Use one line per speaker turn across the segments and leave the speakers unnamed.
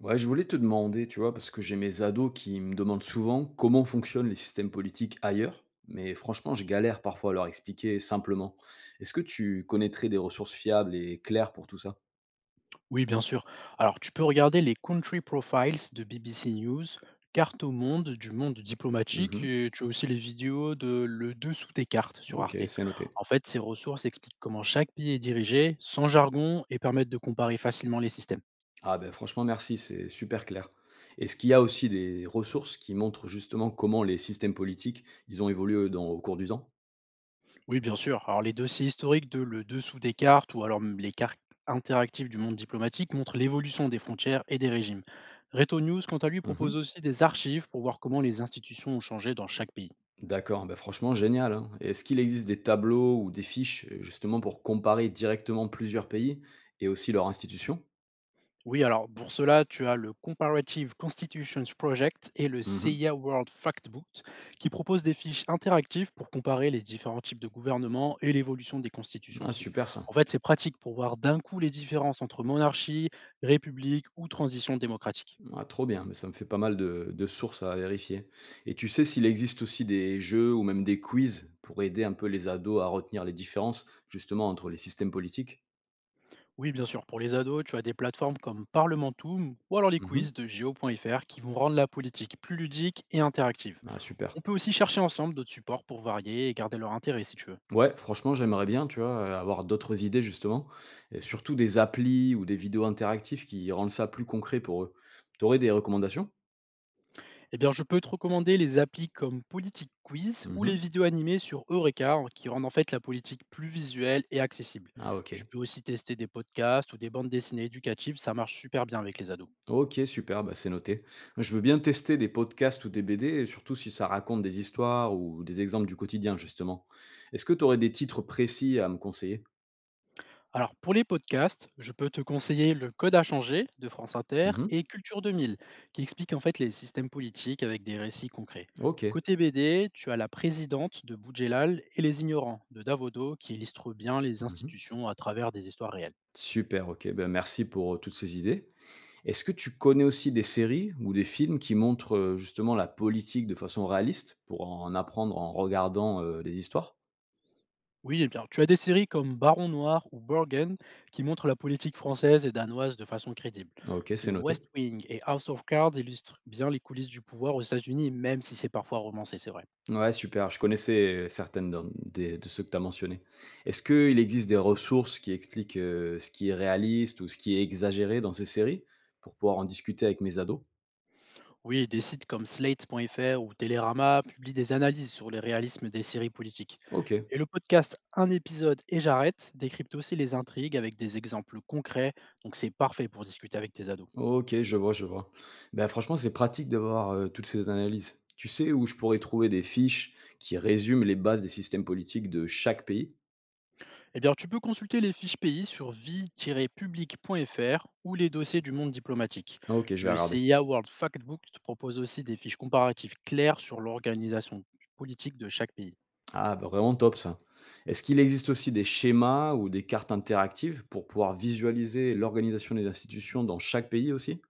Ouais, je voulais te demander, tu vois, parce que j'ai mes ados qui me demandent souvent comment fonctionnent les systèmes politiques ailleurs, mais franchement, je galère parfois à leur expliquer simplement. Est-ce que tu connaîtrais des ressources fiables et claires pour tout ça?
Oui, bien sûr. Alors, tu peux regarder les Country Profiles de BBC News, Carte au monde du monde diplomatique,
Mhm.
et tu as aussi les vidéos de Le dessous des cartes sur
Ok,
Arte.
c'est noté.
En fait, ces ressources expliquent comment chaque pays est dirigé, sans jargon, et permettent de comparer facilement les systèmes.
Ah ben franchement, merci, c'est super clair. Est-ce qu'il y a aussi des ressources qui montrent justement comment les systèmes politiques, ils ont évolué au cours du temps?
Oui, bien sûr. Alors, les dossiers historiques de Le dessous des cartes, ou alors même les cartes interactives du monde diplomatique, montrent l'évolution des frontières et des régimes. Reto News, quant à lui, propose aussi des archives pour voir comment les institutions ont changé dans chaque pays.
D'accord, bah franchement génial, hein. Et est-ce qu'il existe des tableaux ou des fiches justement pour comparer directement plusieurs pays et aussi leurs institutions?
Oui, alors pour cela, tu as le Comparative Constitutions Project et le
Mhm.
CIA World Factbook qui proposent des fiches interactives pour comparer les différents types de gouvernements et l'évolution des constitutions
Ah
aussi.
super ça.
En fait, c'est pratique pour voir d'un coup les différences entre monarchie, république ou transition démocratique.
Ah, trop bien, mais ça me fait pas mal de sources à vérifier. Et tu sais s'il existe aussi des jeux ou même des quiz pour aider un peu les ados à retenir les différences justement entre les systèmes politiques?
Oui, bien sûr, pour les ados, tu as des plateformes comme Parlementum ou alors les
Mhm.
quiz de geo.fr qui vont rendre la politique plus ludique et interactive.
Ah super.
On peut aussi chercher ensemble d'autres supports pour varier et garder leur intérêt si tu veux.
Ouais, franchement, j'aimerais bien, tu vois, avoir d'autres idées justement, et surtout des applis ou des vidéos interactives qui rendent ça plus concret pour eux. T'aurais des recommandations?
Eh bien, je peux te recommander les applis comme Politique Quiz ou les
Mmh.
vidéos animées sur Eureka, hein, qui rendent en fait la politique plus visuelle et accessible.
Ah OK.
Tu peux aussi tester des podcasts ou des bandes dessinées éducatives, ça marche super bien avec les ados.
OK, super, bah, c'est noté. Je veux bien tester des podcasts ou des BD et surtout si ça raconte des histoires ou des exemples du quotidien, justement. Est-ce que tu aurais des titres précis à me conseiller?
Alors, pour les podcasts, je peux te conseiller Le Code à changer de France Inter
Mmh.
et Culture 2000, qui explique en fait les systèmes politiques avec des récits concrets.
OK.
Côté BD, tu as La Présidente de Boudjelal et Les Ignorants de Davodo, qui illustrent bien les
Mmh.
institutions à travers des histoires réelles.
Super, OK, ben merci pour, toutes ces idées. Est-ce que tu connais aussi des séries ou des films qui montrent, justement la politique de façon réaliste pour en apprendre en regardant, les histoires?
Oui, eh bien, tu as des séries comme Baron Noir ou Borgen qui montrent la politique française et danoise de façon crédible.
OK,
The
c'est
West
noté.
Wing et House of Cards illustrent bien les coulisses du pouvoir aux États-Unis, même si c'est parfois romancé, c'est vrai.
Ouais, super. Je connaissais certaines d'en des de ceux que tu as mentionnés. Est-ce qu'il existe des ressources qui expliquent, ce qui est réaliste ou ce qui est exagéré dans ces séries? Pour pouvoir en discuter avec mes ados?
Oui, des sites comme Slate.fr ou Télérama publient des analyses sur les réalismes des séries politiques.
OK,
Et le podcast Un épisode et j'arrête décrypte aussi les intrigues avec des exemples concrets, donc c'est parfait pour discuter avec tes ados.
OK, je vois, je vois. Ben franchement, c'est pratique d'avoir, toutes ces analyses. Tu sais où je pourrais trouver des fiches qui résument les bases des systèmes politiques de chaque pays?
Eh bien, tu peux consulter les fiches pays sur vie-public.fr ou les dossiers du monde diplomatique.
Ah, OK, je vais
Le
regarder.
CIA World Factbook te propose aussi des fiches comparatives claires sur l'organisation politique de chaque pays.
Ah, bah, vraiment top ça. Est-ce qu'il existe aussi des schémas ou des cartes interactives pour pouvoir visualiser l'organisation des institutions dans chaque pays aussi?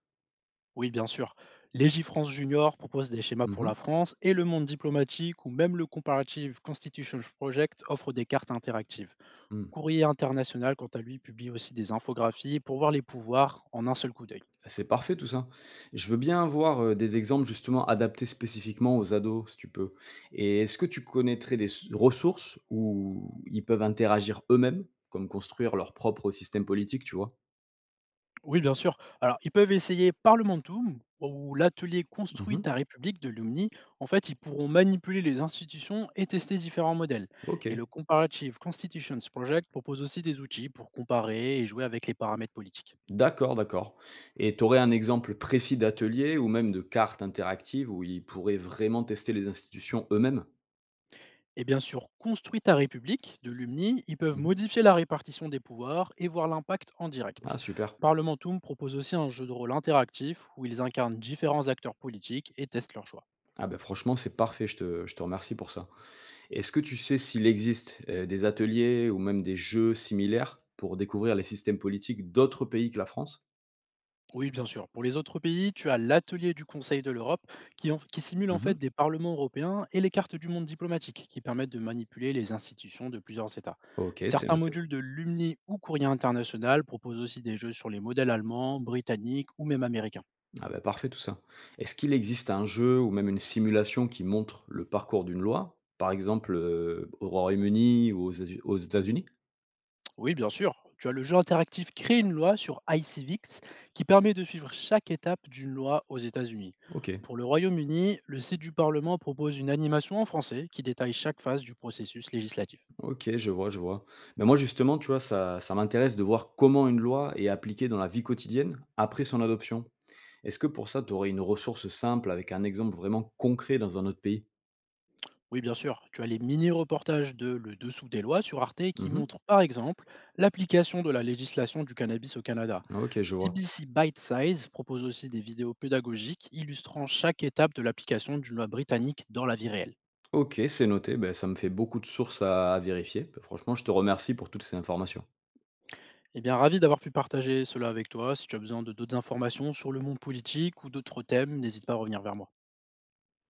Oui, bien sûr. Légifrance Junior propose des schémas
Mmh
pour la
mh.
France et le monde diplomatique ou même le Comparative Constitution Project offre des cartes interactives.
Mmh.
Courrier International, quant à lui, publie aussi des infographies pour voir les pouvoirs en un seul coup d'œil.
Bah, c'est parfait tout ça. Je veux bien voir, des exemples justement adaptés spécifiquement aux ados, si tu peux. Et est-ce que tu connaîtrais des s ressources où ils peuvent interagir eux-mêmes, comme construire leur propre système politique, tu vois?
Oui, bien sûr. Alors, ils peuvent essayer Parlementum ou l'atelier Construit
Mmh.
ta République de l'UMNI. En fait, ils pourront manipuler les institutions et tester différents modèles. Et
OK.
le Comparative Constitutions Project propose aussi des outils pour comparer et jouer avec les paramètres politiques.
D'accord, d'accord. Et tu aurais un exemple précis d'atelier ou même de carte interactive où ils pourraient vraiment tester les institutions eux-mêmes?
Et bien sûr, Construit ta République de l'UMNI, ils peuvent
Mmh.
modifier la répartition des pouvoirs et voir l'impact en direct.
Ah super.
Parlementum propose aussi un jeu de rôle interactif où ils incarnent différents acteurs politiques et testent leurs choix.
Ah ben franchement, c'est parfait, je te remercie pour ça. Est-ce que tu sais s'il existe, des ateliers ou même des jeux similaires pour découvrir les systèmes politiques d'autres pays que la France?
Oui, bien sûr. Pour les autres pays, tu as l'atelier du Conseil de l'Europe qui, qui simule en
Mmh.
fait des parlements européens et les cartes du monde diplomatique qui permettent de manipuler les institutions de plusieurs États.
OK, c'est
Certains
noté.
modules de l'UMNI ou Courrier international proposent aussi des jeux sur les modèles allemands, britanniques ou même américains.
Ah bah, parfait tout ça. Est-ce qu'il existe un jeu ou même une simulation qui montre le parcours d'une loi? Par exemple, au Royaume-Uni ou aux États-Unis?
Oui, bien sûr. Tu as le jeu interactif Créer une loi sur iCivics qui permet de suivre chaque étape d'une loi aux États-Unis.
OK,
Pour le Royaume-Uni, le site du Parlement propose une animation en français qui détaille chaque phase du processus législatif.
OK, je vois, je vois. Mais moi justement, tu vois, ça m'intéresse de voir comment une loi est appliquée dans la vie quotidienne après son adoption. Est-ce que pour ça, tu aurais une ressource simple avec un exemple vraiment concret dans un autre pays?
Oui, bien sûr. Tu as les mini-reportages de Le dessous des lois sur Arte qui
Mmh.
montrent par exemple l'application de la législation du cannabis au Canada.
OK, je vois.
BBC Bite Size propose aussi des vidéos pédagogiques illustrant chaque étape de l'application d'une loi britannique dans la vie réelle.
OK, c'est noté, ben, ça me fait beaucoup de sources à vérifier. Bah, franchement, je te remercie pour toutes ces informations.
Eh bien, ravi d'avoir pu partager cela avec toi. Si tu as besoin de d'autres informations sur le monde politique ou d'autres thèmes, n'hésite pas à revenir vers moi.